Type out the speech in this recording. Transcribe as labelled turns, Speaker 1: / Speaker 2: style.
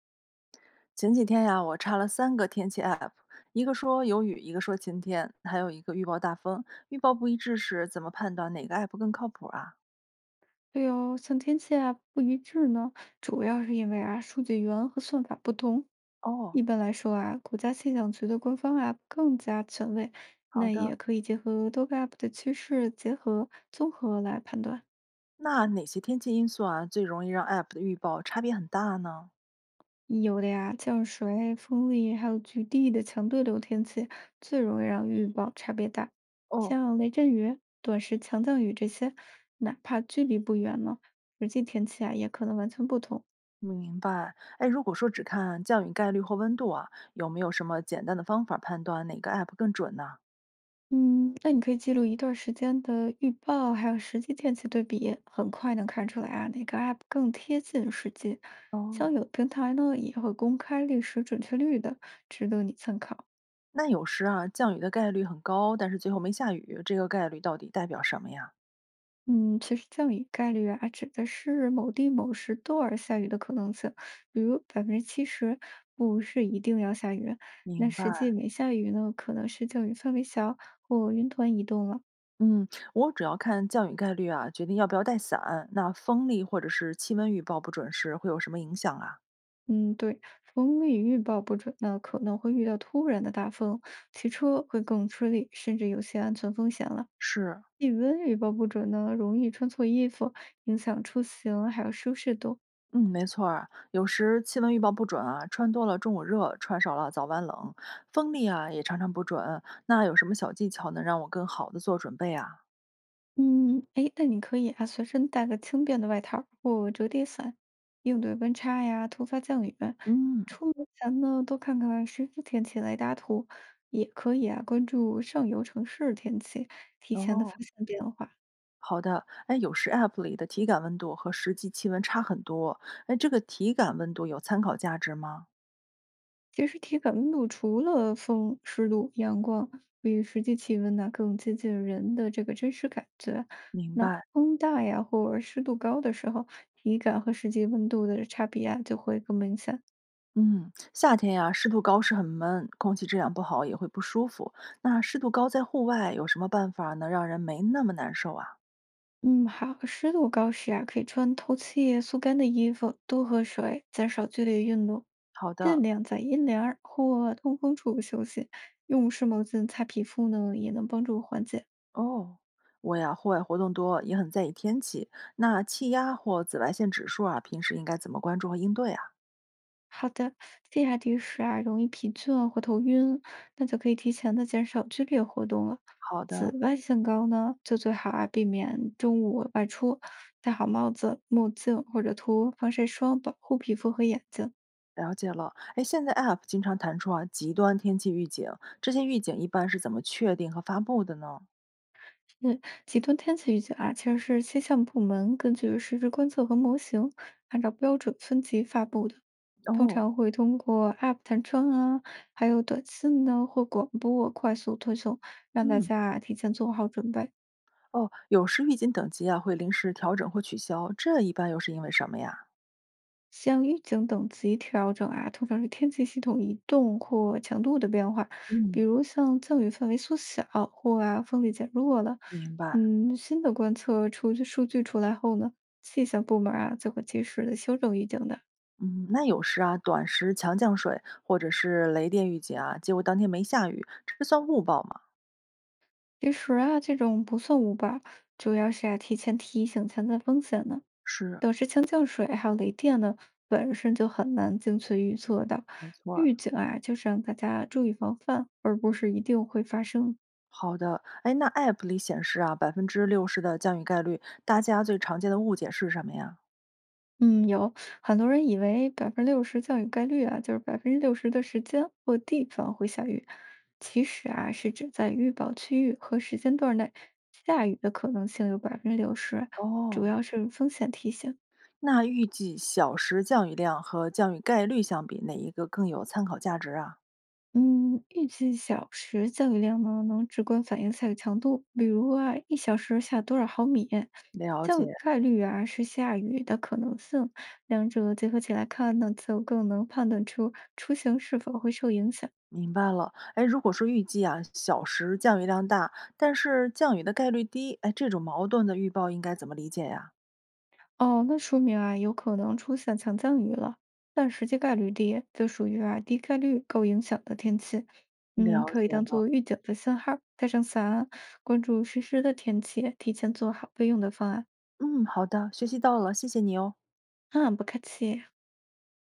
Speaker 1: 前几天呀，我查了3个天气 App，一个说有雨，一个说晴天，还有一个预报大风。预报不一致时，怎么判断哪个 App 更靠谱啊？
Speaker 2: 对哦，像天气不一致呢，主要是因为数据源和算法不同。
Speaker 1: 哦，
Speaker 2: 一般来说啊，国家气象局的官方 App 更加权威，
Speaker 1: 好
Speaker 2: 那
Speaker 1: 的。
Speaker 2: 也可以结合多个 App 的趋势结合综合来判断。
Speaker 1: 那哪些天气因素啊，最容易让 App 的预报差别很大呢？
Speaker 2: 有的呀，降水、风力还有局地的强对流天气，最容易让预报差别大。
Speaker 1: 哦，
Speaker 2: 像雷阵雨、短时强降雨这些，哪怕距离不远呢，实际天气也可能完全不同。
Speaker 1: 明白。哎，如果说只看降雨概率或温度啊，有没有什么简单的方法判断哪个 App 更准呢？
Speaker 2: 嗯，那你可以记录一段时间的预报，还有实际天气对比，很快能看出来啊，哪个 app 更贴近实际。像
Speaker 1: 哦，
Speaker 2: 有的平台呢，也会公开历史准确率的，值得你参考。
Speaker 1: 那有时啊，降雨的概率很高，但是最后没下雨，这个概率到底代表什么呀？
Speaker 2: 嗯，其实降雨概率啊，指的是某地某时多儿下雨的可能性，比如70%，不是一定要下雨。那
Speaker 1: 明
Speaker 2: 实际
Speaker 1: 白。
Speaker 2: 没下雨呢，可能是降雨范围小或云团移动了。
Speaker 1: 嗯，我主要看降雨概率啊，决定要不要带伞。那风力或者是气温预报不准时会有什么影响啊？
Speaker 2: 嗯，对，风力预报不准呢，可能会遇到突然的大风，骑车会更吃力，甚至有些安全风险了。
Speaker 1: 是，
Speaker 2: 气温预报不准呢，容易穿错衣服，影响出行还有舒适度。
Speaker 1: 嗯，没错儿，有时气温预报不准啊，穿多了中午热，穿少了早晚冷。风力啊也常常不准，那有什么小技巧能让我更好的做准备啊？
Speaker 2: 嗯，哎，那你可以啊，随身带个轻便的外套或折叠伞，应对温差呀、突发降雨。
Speaker 1: 嗯，
Speaker 2: 出门前呢，多看看实时天气雷达图，也可以啊，关注上游城市天气，提前的发
Speaker 1: 哦，
Speaker 2: 现变化。
Speaker 1: 好的。哎，有时 App 里的体感温度和实际气温差很多，哎，这个体感温度有参考价值吗？
Speaker 2: 其实体感温度除了风、湿度、阳光，比实际气温呢、更接近人的这个真实感觉。
Speaker 1: 明
Speaker 2: 那
Speaker 1: 白。
Speaker 2: 风大呀，或者湿度高的时候，体感和实际温度的差别就会更明显。
Speaker 1: 嗯，夏天呀，湿度高是很闷，空气质量不好也会不舒服。那湿度高在户外有什么办法能让人没那么难受啊？
Speaker 2: 嗯，好，湿度高时啊，可以穿透气、速干的衣服，多喝水，减少剧烈运动，
Speaker 1: 好
Speaker 2: 尽
Speaker 1: 的，
Speaker 2: 量在阴凉儿或通风处休息。用湿毛巾擦皮肤呢，也能帮助缓解。
Speaker 1: 哦，我呀，户外活动多，也很在意天气。那气压或紫外线指数啊，平时应该怎么关注和应对啊？
Speaker 2: 好的，低压低时啊，容易疲倦或头晕，那就可以提前的减少剧烈活动了。
Speaker 1: 好的，
Speaker 2: 紫外线高呢，就最好啊，避免中午外出，戴好帽子、墨镜或者涂防晒霜，保护皮肤和眼睛。
Speaker 1: 了解了。哎，现在 App 经常弹出啊极端天气预警，这些预警一般是怎么确定和发布的呢？
Speaker 2: 嗯，极端天气预警啊，其实是气象部门根据实时观测和模型，按照标准分级发布的。通
Speaker 1: 哦，
Speaker 2: 常会通过 App 弹窗啊，还有短信呢或广播快速推送，让大
Speaker 1: 嗯，
Speaker 2: 家啊提前做好准备。
Speaker 1: 哦，有时预警等级啊会临时调整或取消，这一般又是因为什么呀？
Speaker 2: 像预警等级调整啊，通常是天气系统移动或强度的变化，比
Speaker 1: 嗯，
Speaker 2: 如像降雨范围缩小或风力减弱了。
Speaker 1: 明白。
Speaker 2: 嗯，新的观测出数据出来后呢，气象部门啊就会及时的修正预警的。
Speaker 1: 嗯，那有时啊，短时强降水或者是雷电预警啊，结果当天没下雨，这算误报吗？
Speaker 2: 其实啊，这种不算误报，主要是啊提前提醒潜在风险呢。
Speaker 1: 是，
Speaker 2: 等时强降水还有雷电呢，本身就很难精确预测的。
Speaker 1: 没错儿。
Speaker 2: 预警啊，就是让大家注意防范，而不是一定会发生的。
Speaker 1: 好的，哎，那 App 里显示啊，60%的降雨概率，大家最常见的误解是什么呀？
Speaker 2: 嗯，有很多人以为百分之六十降雨概率啊，就是百分之六十的时间或地方会下雨，其实啊是指在预报区域和时间段内下雨的可能性有百分之六十，主
Speaker 1: 哦，
Speaker 2: 要是风险提醒。
Speaker 1: 那预计小时降雨量和降雨概率相比，哪一个更有参考价值啊？
Speaker 2: 嗯，预计小时降雨量呢，能直观反映下雨强度，比如啊一小时下多少毫米。
Speaker 1: 了
Speaker 2: 降雨
Speaker 1: 解。
Speaker 2: 概率啊是下雨的可能性，两者结合起来看呢，就更能判断出出行是否会受影响。
Speaker 1: 明白了，哎，如果说预计啊小时降雨量大，但是降雨的概率低，哎，这种矛盾的预报应该怎么理解呀？
Speaker 2: 哦，那说明啊，有可能出现强降雨了，但实际概率低，就属于啊低概率够影响的天气。嗯，
Speaker 1: 了
Speaker 2: 可以
Speaker 1: 解
Speaker 2: 当
Speaker 1: 了，
Speaker 2: 做预警的信号，带上伞啊，关注实时的天气，提前做好备用的方案。
Speaker 1: 嗯，好的，学习到了，谢谢你哦。
Speaker 2: 啊，不客气。